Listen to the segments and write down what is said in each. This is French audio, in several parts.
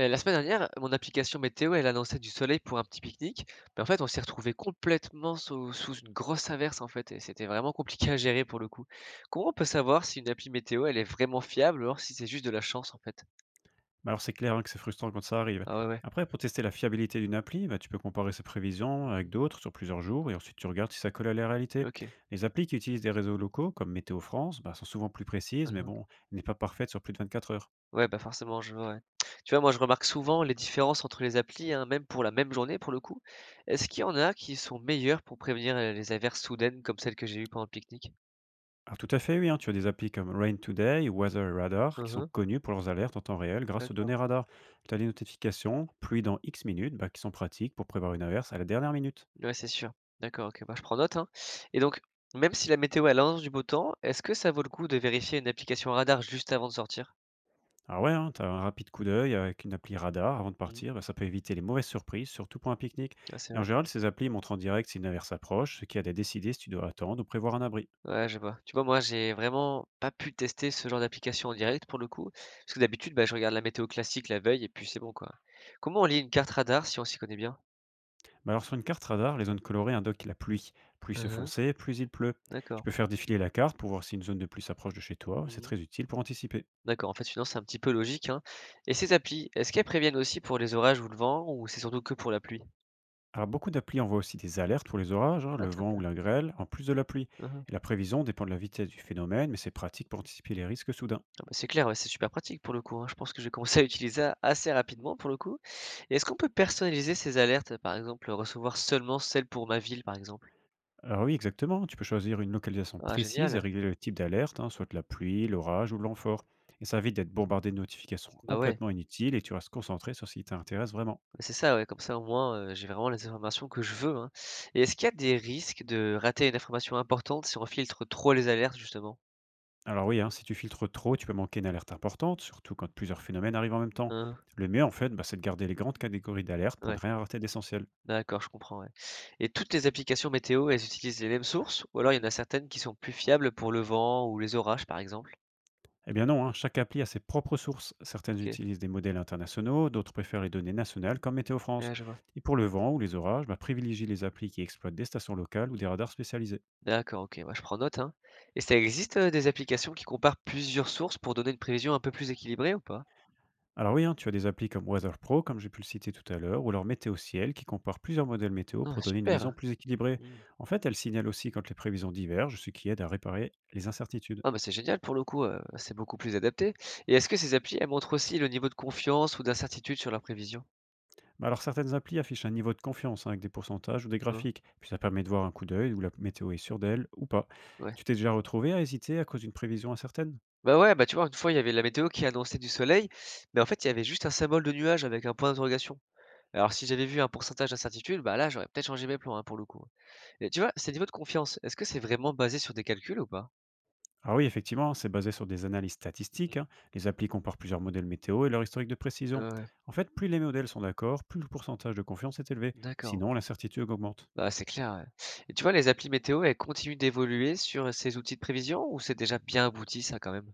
La semaine dernière, mon application météo, elle annonçait du soleil pour un petit pique-nique, mais en fait, on s'est retrouvé complètement sous une grosse averse, en fait, et c'était vraiment compliqué à gérer pour le coup. Comment on peut savoir si une appli météo, elle est vraiment fiable ou alors si c'est juste de la chance, en fait? Mais alors, c'est clair, hein, que c'est frustrant quand ça arrive. Ah ouais, ouais. Après, pour tester la fiabilité d'une appli, tu peux comparer ses prévisions Mmh. avec d'autres sur plusieurs jours et ensuite tu regardes si ça colle à la réalité. OK. Les applis qui utilisent des réseaux locaux comme Météo France sont souvent plus précises, Hein mais hein. bon, elles n'est pas parfaite sur plus de 24 heures. Ouais, bah, forcément, je vois, ouais. Tu vois, moi, je remarque souvent les différences entre les applis, hein, même pour la même journée, pour le coup. Est-ce qu'il y en a qui sont meilleures pour prévenir, les averses soudaines comme celle que j'ai eue pendant le pique-nique? Alors, tout à fait, oui, hein, tu as des applis comme Rain Today ou Weather Radar Hein qui sont hein. connues pour leurs alertes en temps réel grâce aux D'accord. données radar. Tu as des notifications, pluie dans X minutes, qui sont pratiques pour prévoir une averse à la dernière minute. Ouais, c'est sûr. D'accord, OK, bah, je prends note, hein, et donc, même si la météo, elle annonce du beau temps, est-ce que ça vaut le coup de vérifier une application radar juste avant de sortir? Ah ouais, hein, tu un rapide coup d'œil avec une appli radar avant de Mmh. partir, ça peut éviter les mauvaises surprises, surtout pour un pique-nique. Ouais, c'est Et en vrai. général, ces applis montrent en direct si une averse approche, ce qui aide à décider si tu dois attendre ou prévoir un abri. Ouais, je vois. Tu vois, moi, j'ai vraiment pas pu tester ce genre d'application en direct, pour le coup, parce que d'habitude, bah, je regarde la météo classique la veille et puis c'est bon, quoi. Comment on lit une carte radar si on s'y connaît bien? Alors sur une carte radar, les zones colorées indiquent la pluie. Plus Hein, c'est hein. foncé, plus il pleut. Tu D'accord. peux faire défiler la carte pour voir si une zone de pluie s'approche de chez toi, c'est Mmh. très utile pour anticiper. D'accord, en fait, sinon, c'est un petit peu logique, hein, et ces applis, est-ce qu'elles préviennent aussi pour les orages ou le vent ou c'est surtout que pour la pluie? Alors beaucoup d'applis envoient aussi des alertes pour les orages, hein, Ah le top. vent ou la grêle, en plus de la pluie. Hein hein. Et la prévision dépend de la vitesse du phénomène, mais c'est pratique pour anticiper les risques soudains. C'est clair, ouais, c'est super pratique pour le coup, hein. Je pense que j'ai commencé à utiliser ça assez rapidement pour le coup. Et est-ce qu'on peut personnaliser ces alertes? Par exemple, recevoir seulement celles pour ma ville, par exemple? Alors oui, exactement. Tu peux choisir une localisation Ah précise et génial! régler le type d'alerte, hein, soit la pluie, l'orage ou le vent fort. Et ça évite d'être bombardé de notifications Bah ouais, complètement inutiles et tu restes concentré sur ce qui t'intéresse vraiment. bah, c'est ça, ouais, comme ça au moins, j'ai vraiment les informations que je veux, hein. Et est-ce qu'il y a des risques de rater une information importante si on filtre trop les alertes justement? Alors oui, hein, si tu filtres trop, tu peux manquer une alerte importante, surtout quand plusieurs phénomènes arrivent en même temps. Hein, Le mieux, en fait, c'est de garder les grandes catégories d'alerte pour ouais, ne rien rater d'essentiel. d'accord, je comprends, ouais. Et toutes les applications météo, elles utilisent les mêmes sources? Ou alors il y en a certaines qui sont plus fiables pour le vent ou les orages, par exemple? Eh bien non, hein, chaque appli a ses propres sources. Certaines OK, utilisent des modèles internationaux, d'autres préfèrent les données nationales comme Météo France. ouais, je vois. Et pour le vent ou les orages, privilégie les applis qui exploitent des stations locales ou des radars spécialisés. D'accord, OK, moi je prends note, hein. Et ça existe, des applications qui comparent plusieurs sources pour donner une prévision un peu plus équilibrée ou pas? Alors oui, hein, tu as des applis comme Weather Pro, comme j'ai pu le citer tout à l'heure, ou alors Météo Ciel, qui compare plusieurs modèles météo pour Ah donner une super! vision plus équilibrée. Mmh. En fait, elle signale aussi quand les prévisions divergent, ce qui aide à réparer les incertitudes. Ah, bah, c'est génial pour le coup, c'est beaucoup plus adapté et est-ce que ces applis, elles montrent aussi le niveau de confiance ou d'incertitude sur leurs prévisions? Mais alors certaines applis affichent un niveau de confiance, hein, avec des pourcentages ou des Hein? graphiques, puis ça permet de voir un coup d'œil où la météo est sûre d'elle ou pas. Ouais. Tu t'es déjà retrouvé à hésiter à cause d'une prévision incertaine. Bah, ouais, bah, tu vois, une fois, il y avait la météo qui annonçait du soleil, mais en fait, il y avait juste un symbole de nuage avec un point d'interrogation. Alors si j'avais vu un pourcentage d'incertitude, bah, là, j'aurais peut-être changé mes plans, hein, pour le coup. Et tu vois, ces niveaux de confiance, est-ce que c'est vraiment basé sur des calculs ou pas? Alors oui, effectivement, c'est basé sur des analyses statistiques, Mmh. hein. Les applis comparent plusieurs modèles météo et leur historique de Ouais, précision. ouais, En fait, plus les modèles sont d'accord, plus le pourcentage de confiance est élevé. d'accord. Sinon, l'incertitude augmente. Bah, c'est clair, ouais. Et tu vois, les applis météo, elles continuent d'évoluer sur ces outils de prévision ou c'est déjà bien abouti ça quand même?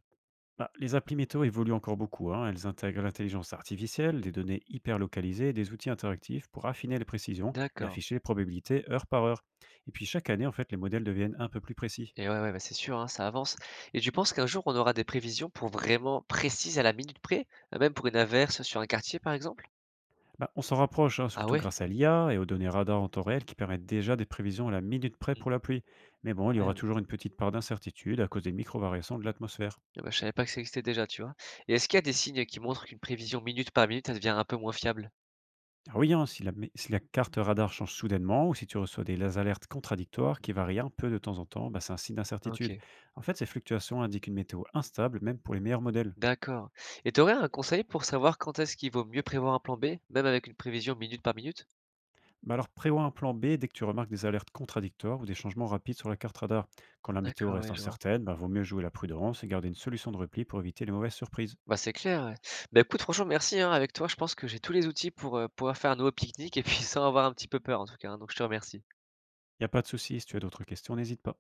Les applis météo évoluent encore beaucoup, hein. Elles intègrent l'intelligence artificielle, Mhm. des données hyper localisées et des outils interactifs pour affiner les précisions et D'accord. afficher les probabilités heure par heure. Et puis chaque année, en fait, les modèles deviennent un peu plus précis. Et ouais, ouais, bah, c'est sûr, hein, ça avance. Et tu penses qu'un jour on aura des prévisions pour vraiment précises à la minute près, même pour une averse sur un quartier par exemple? On s'en rapproche, hein, Ah surtout ouais? grâce à l'IA et aux données radar en temps réel qui permettent déjà des prévisions à la minute près Mhm. pour la pluie. Mais bon, il y aura Incroyable. toujours une petite part d'incertitude à cause des micro-variations de l'atmosphère. Ah bah, je savais pas que ça existait déjà, tu vois. Et est-ce qu'il y a des signes qui montrent qu'une prévision minute par minute, elle devient un peu moins fiable? Ah oui, hein, si, si la carte radar change soudainement ou si tu reçois des alertes contradictoires qui Mhm. varient un peu de temps en temps, c'est un signe Ok, d'incertitude. En fait, ces fluctuations indiquent une météo instable, même pour les meilleurs modèles. d'accord. Et tu aurais un conseil pour savoir quand est-ce qu'il vaut mieux prévoir un plan B, même avec une prévision minute par minute? Alors prévois un plan B dès que tu remarques des alertes contradictoires ou des changements rapides sur la carte radar. Quand la météo D'accord, reste ouais, je vois. incertaine, vaut mieux jouer la prudence et garder une solution de repli pour éviter les mauvaises surprises. Bah, c'est clair, ouais. Bah, écoute, franchement, merci, hein. Avec toi, je pense que j'ai tous les outils pour, pouvoir faire un nouveau pique-nique et puis sans avoir un petit peu peur, en tout cas, hein, donc je te remercie. Il y a pas de souci, si tu as d'autres questions, n'hésite pas.